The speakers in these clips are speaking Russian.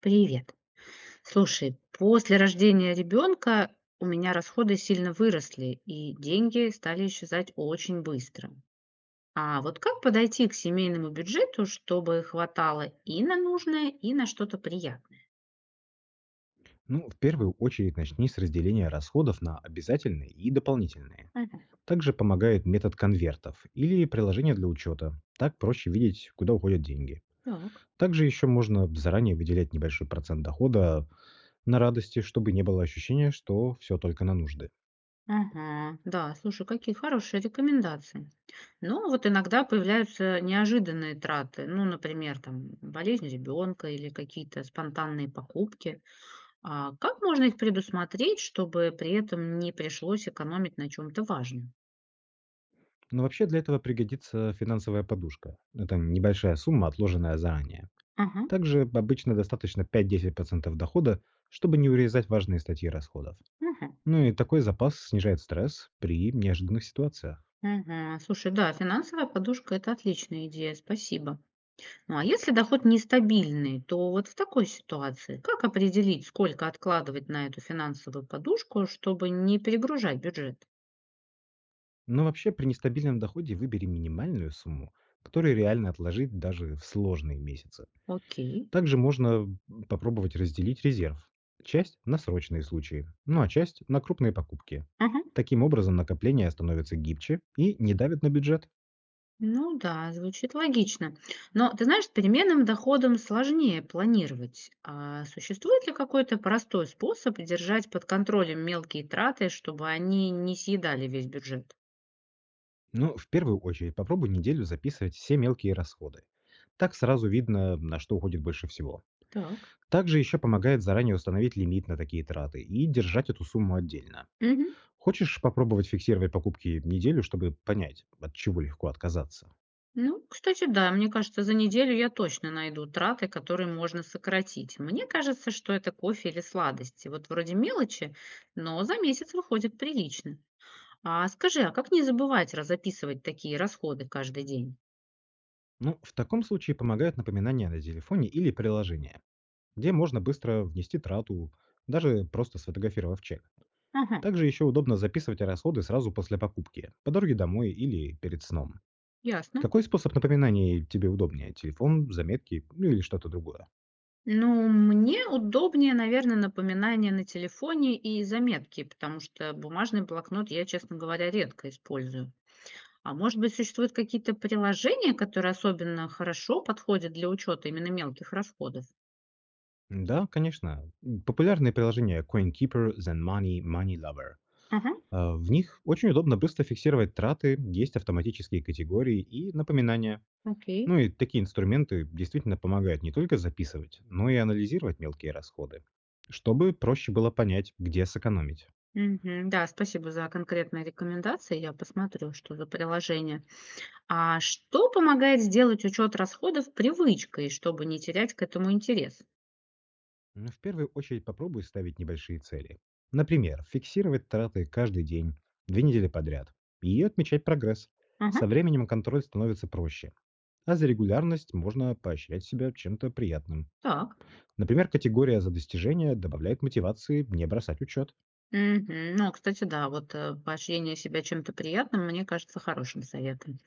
Привет. Слушай, после рождения ребенка у меня расходы сильно выросли, и деньги стали исчезать очень быстро. А вот как подойти к семейному бюджету, чтобы хватало и на нужное, и на что-то приятное? Ну, в первую очередь начни с разделения расходов на обязательные и дополнительные. Мгм. Также помогает метод конвертов или приложение для учета. Так проще видеть, куда уходят деньги. Так. Также еще можно заранее выделять небольшой процент дохода на радости, чтобы не было ощущения, что все только на нужды. Ага, да, слушай, какие хорошие рекомендации. Но вот иногда появляются неожиданные траты, ну, например, там болезнь ребенка или какие-то спонтанные покупки. А как можно их предусмотреть, чтобы при этом не пришлось экономить на чем-то важном? Но вообще для этого пригодится финансовая подушка. Это небольшая сумма, отложенная заранее. Ага, Также обычно достаточно 5–10% дохода, чтобы не урезать важные статьи расходов. ага, Ну и такой запас снижает стресс при неожиданных ситуациях. ага. Слушай, да, финансовая подушка – это отличная идея, спасибо. Ну а если доход нестабильный, то вот в такой ситуации как определить, сколько откладывать на эту финансовую подушку, чтобы не перегружать бюджет? Но вообще при нестабильном доходе выбери минимальную сумму, которую реально отложить даже в сложные месяцы. Окей. Также можно попробовать разделить резерв. Часть на срочные случаи, ну а часть на крупные покупки. Таким образом накопления становятся гибче и не давят на бюджет. Ну да, звучит логично. Но ты знаешь, с переменным доходом сложнее планировать. А существует ли какой-то простой способ держать под контролем мелкие траты, чтобы они не съедали весь бюджет? Но в первую очередь попробуй неделю записывать все мелкие расходы. Так сразу видно, на что уходит больше всего. Так. Также еще помогает заранее установить лимит на такие траты и держать эту сумму отдельно. Мгм. Хочешь попробовать фиксировать покупки неделю, чтобы понять, от чего легко отказаться? Ну, кстати, да, мне кажется, за неделю я точно найду траты, которые можно сократить. Мне кажется, что это кофе или сладости. Вот вроде мелочи, но за месяц выходит прилично. А скажи, а как не забывать разописывать такие расходы каждый день? Ну, в таком случае помогают напоминания на телефоне или приложение, где можно быстро внести трату, даже просто сфотографировав чек. Ага, Также еще удобно записывать расходы сразу после покупки, по дороге домой или перед сном. ясно. Какой способ напоминаний тебе удобнее? Телефон, заметки ну или что-то другое? Ну, мне удобнее, наверное, напоминания на телефоне и заметки, потому что бумажный блокнот я, честно говоря, редко использую. А может быть, существуют какие-то приложения, которые особенно хорошо подходят для учета именно мелких расходов? Да, конечно. Популярные приложения CoinKeeper, ZenMoney, MoneyLover. Ага. В них очень удобно быстро фиксировать траты, есть автоматические категории и напоминания. Окей. Ну и такие инструменты действительно помогают не только записывать, но и анализировать мелкие расходы, чтобы проще было понять, где сэкономить. Мгм. Да, спасибо за конкретные рекомендации. Я посмотрю, что за приложение. А что помогает сделать учет расходов привычкой, чтобы не терять к этому интерес? Ну, в первую очередь попробуй ставить небольшие цели. Например, фиксировать траты каждый день, 2 недели подряд, и отмечать прогресс. Со Ага. временем контроль становится проще. А за регулярность можно поощрять себя чем-то приятным. Так. Например, категория за достижения добавляет мотивации не бросать учет. Мгм. Ну, кстати, да, вот, поощрение себя чем-то приятным, мне кажется, хорошим советом.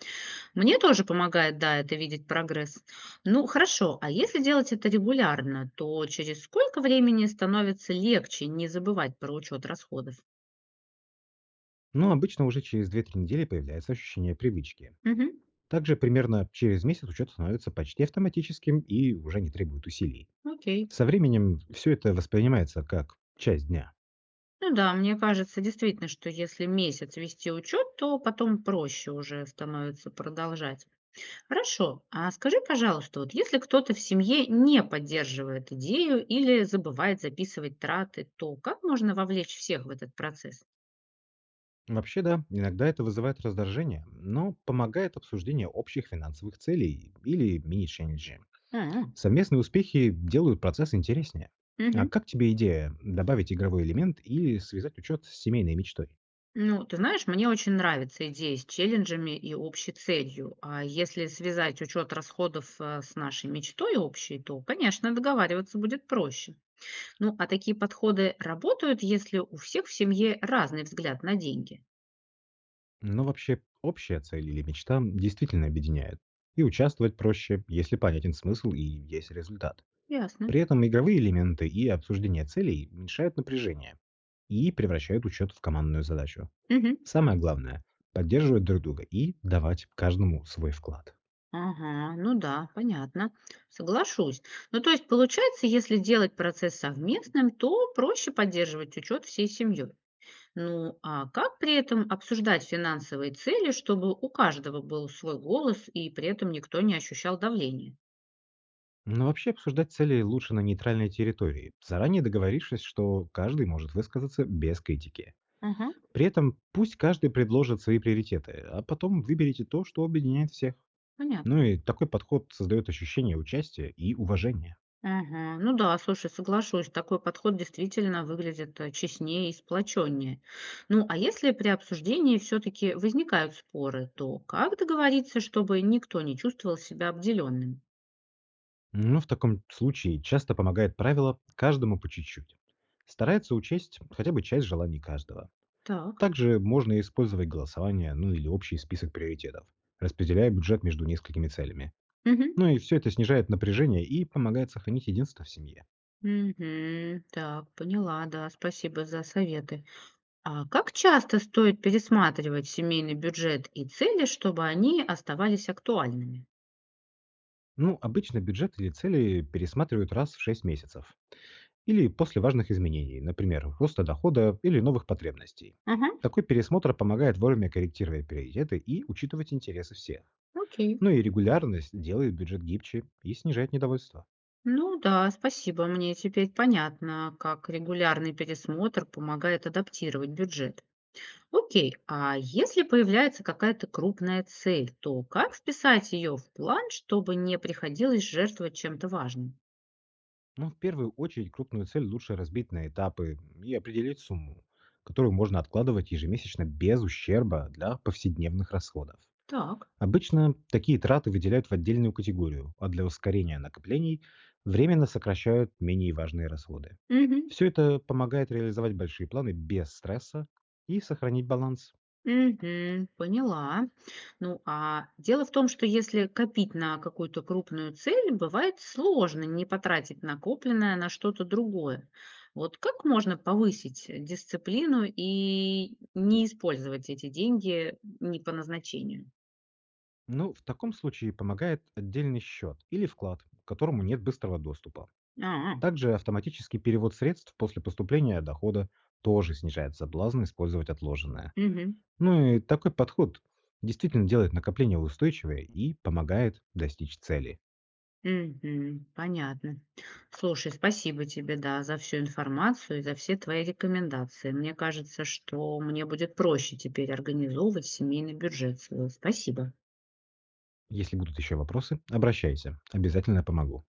Мне тоже помогает, да, это видеть прогресс. Ну, хорошо, а если делать это регулярно, то через сколько времени становится легче не забывать про учет расходов? Но обычно уже через 2–3 недели появляется ощущение привычки. Мгм. Также примерно через месяц учет становится почти автоматическим и уже не требует усилий. Окей. Со временем все это воспринимается как часть дня. Ну да, мне кажется, действительно, что если месяц вести учет, то потом проще уже становится продолжать. Хорошо. А скажи, пожалуйста, вот если кто-то в семье не поддерживает идею или забывает записывать траты, то как можно вовлечь всех в этот процесс? Вообще, да, иногда это вызывает раздражение, но помогает обсуждение общих финансовых целей или мини-челленджи. М. Совместные успехи делают процесс интереснее. А Мгм. как тебе идея добавить игровой элемент или связать учет с семейной мечтой? Ну, ты знаешь, мне очень нравится идея с челленджами и общей целью. А если связать учет расходов с нашей мечтой общей, то, конечно, договариваться будет проще. Ну, а такие подходы работают, если у всех в семье разный взгляд на деньги. Но вообще, общая цель или мечта действительно объединяет. И участвовать проще, если понятен смысл и есть результат. Ясно. При этом игровые элементы и обсуждение целей уменьшают напряжение и превращают учет в командную задачу. Мгм. Самое главное — поддерживать друг друга и давать каждому свой вклад. Ага, ну да, понятно. Соглашусь. Ну, то есть, получается, если делать процесс совместным, то проще поддерживать учет всей семьей. Ну, а как при этом обсуждать финансовые цели, чтобы у каждого был свой голос и при этом никто не ощущал давления? Но вообще обсуждать цели лучше на нейтральной территории, заранее договорившись, что каждый может высказаться без критики. Ага, При этом пусть каждый предложит свои приоритеты, а потом выберите то, что объединяет всех. понятно. Ну и такой подход создает ощущение участия и уважения. Ага. Ну да, слушай, соглашусь, такой подход действительно выглядит честнее и сплоченнее. Ну, а если при обсуждении все-таки возникают споры, то как договориться, чтобы никто не чувствовал себя обделенным? Но в таком случае часто помогает правило «каждому по чуть-чуть». Старается учесть хотя бы часть желаний каждого. Так. Также можно использовать голосование, ну или общий список приоритетов, распределяя бюджет между несколькими целями. Мгм. Ну и все это снижает напряжение и помогает сохранить единство в семье. Мгм. Так, поняла, да, спасибо за советы. А как часто стоит пересматривать семейный бюджет и цели, чтобы они оставались актуальными? Ну, обычно бюджет или цели пересматривают раз в 6 месяцев. Или после важных изменений, например, роста дохода или новых потребностей. Ага, Такой пересмотр помогает вовремя корректировать приоритеты и учитывать интересы всех. окей. Ну и регулярность делает бюджет гибче и снижает недовольство. Ну да, спасибо. Мне теперь понятно, как регулярный пересмотр помогает адаптировать бюджет. Окей, а если появляется какая-то крупная цель, то как вписать ее в план, чтобы не приходилось жертвовать чем-то важным? Ну, в первую очередь, крупную цель лучше разбить на этапы и определить сумму, которую можно откладывать ежемесячно без ущерба для повседневных расходов. Так. Обычно такие траты выделяют в отдельную категорию, а для ускорения накоплений временно сокращают менее важные расходы. Мгм. Все это помогает реализовать большие планы без стресса и сохранить баланс. Мгм. Поняла. Ну, а дело в том, что если копить на какую-то крупную цель, бывает сложно не потратить накопленное на что-то другое. Вот как можно повысить дисциплину и не использовать эти деньги не по назначению? Ну, в таком случае помогает отдельный счет или вклад, к которому нет быстрого доступа. А, Также автоматический перевод средств после поступления дохода тоже снижает соблазн использовать отложенное. мгм. Ну и такой подход действительно делает накопление устойчивее и помогает достичь цели. Мгм. Понятно. Слушай, спасибо тебе, да, за всю информацию и за все твои рекомендации. Мне кажется, что мне будет проще теперь организовывать семейный бюджет свой. Спасибо. Если будут еще вопросы, обращайся, обязательно помогу.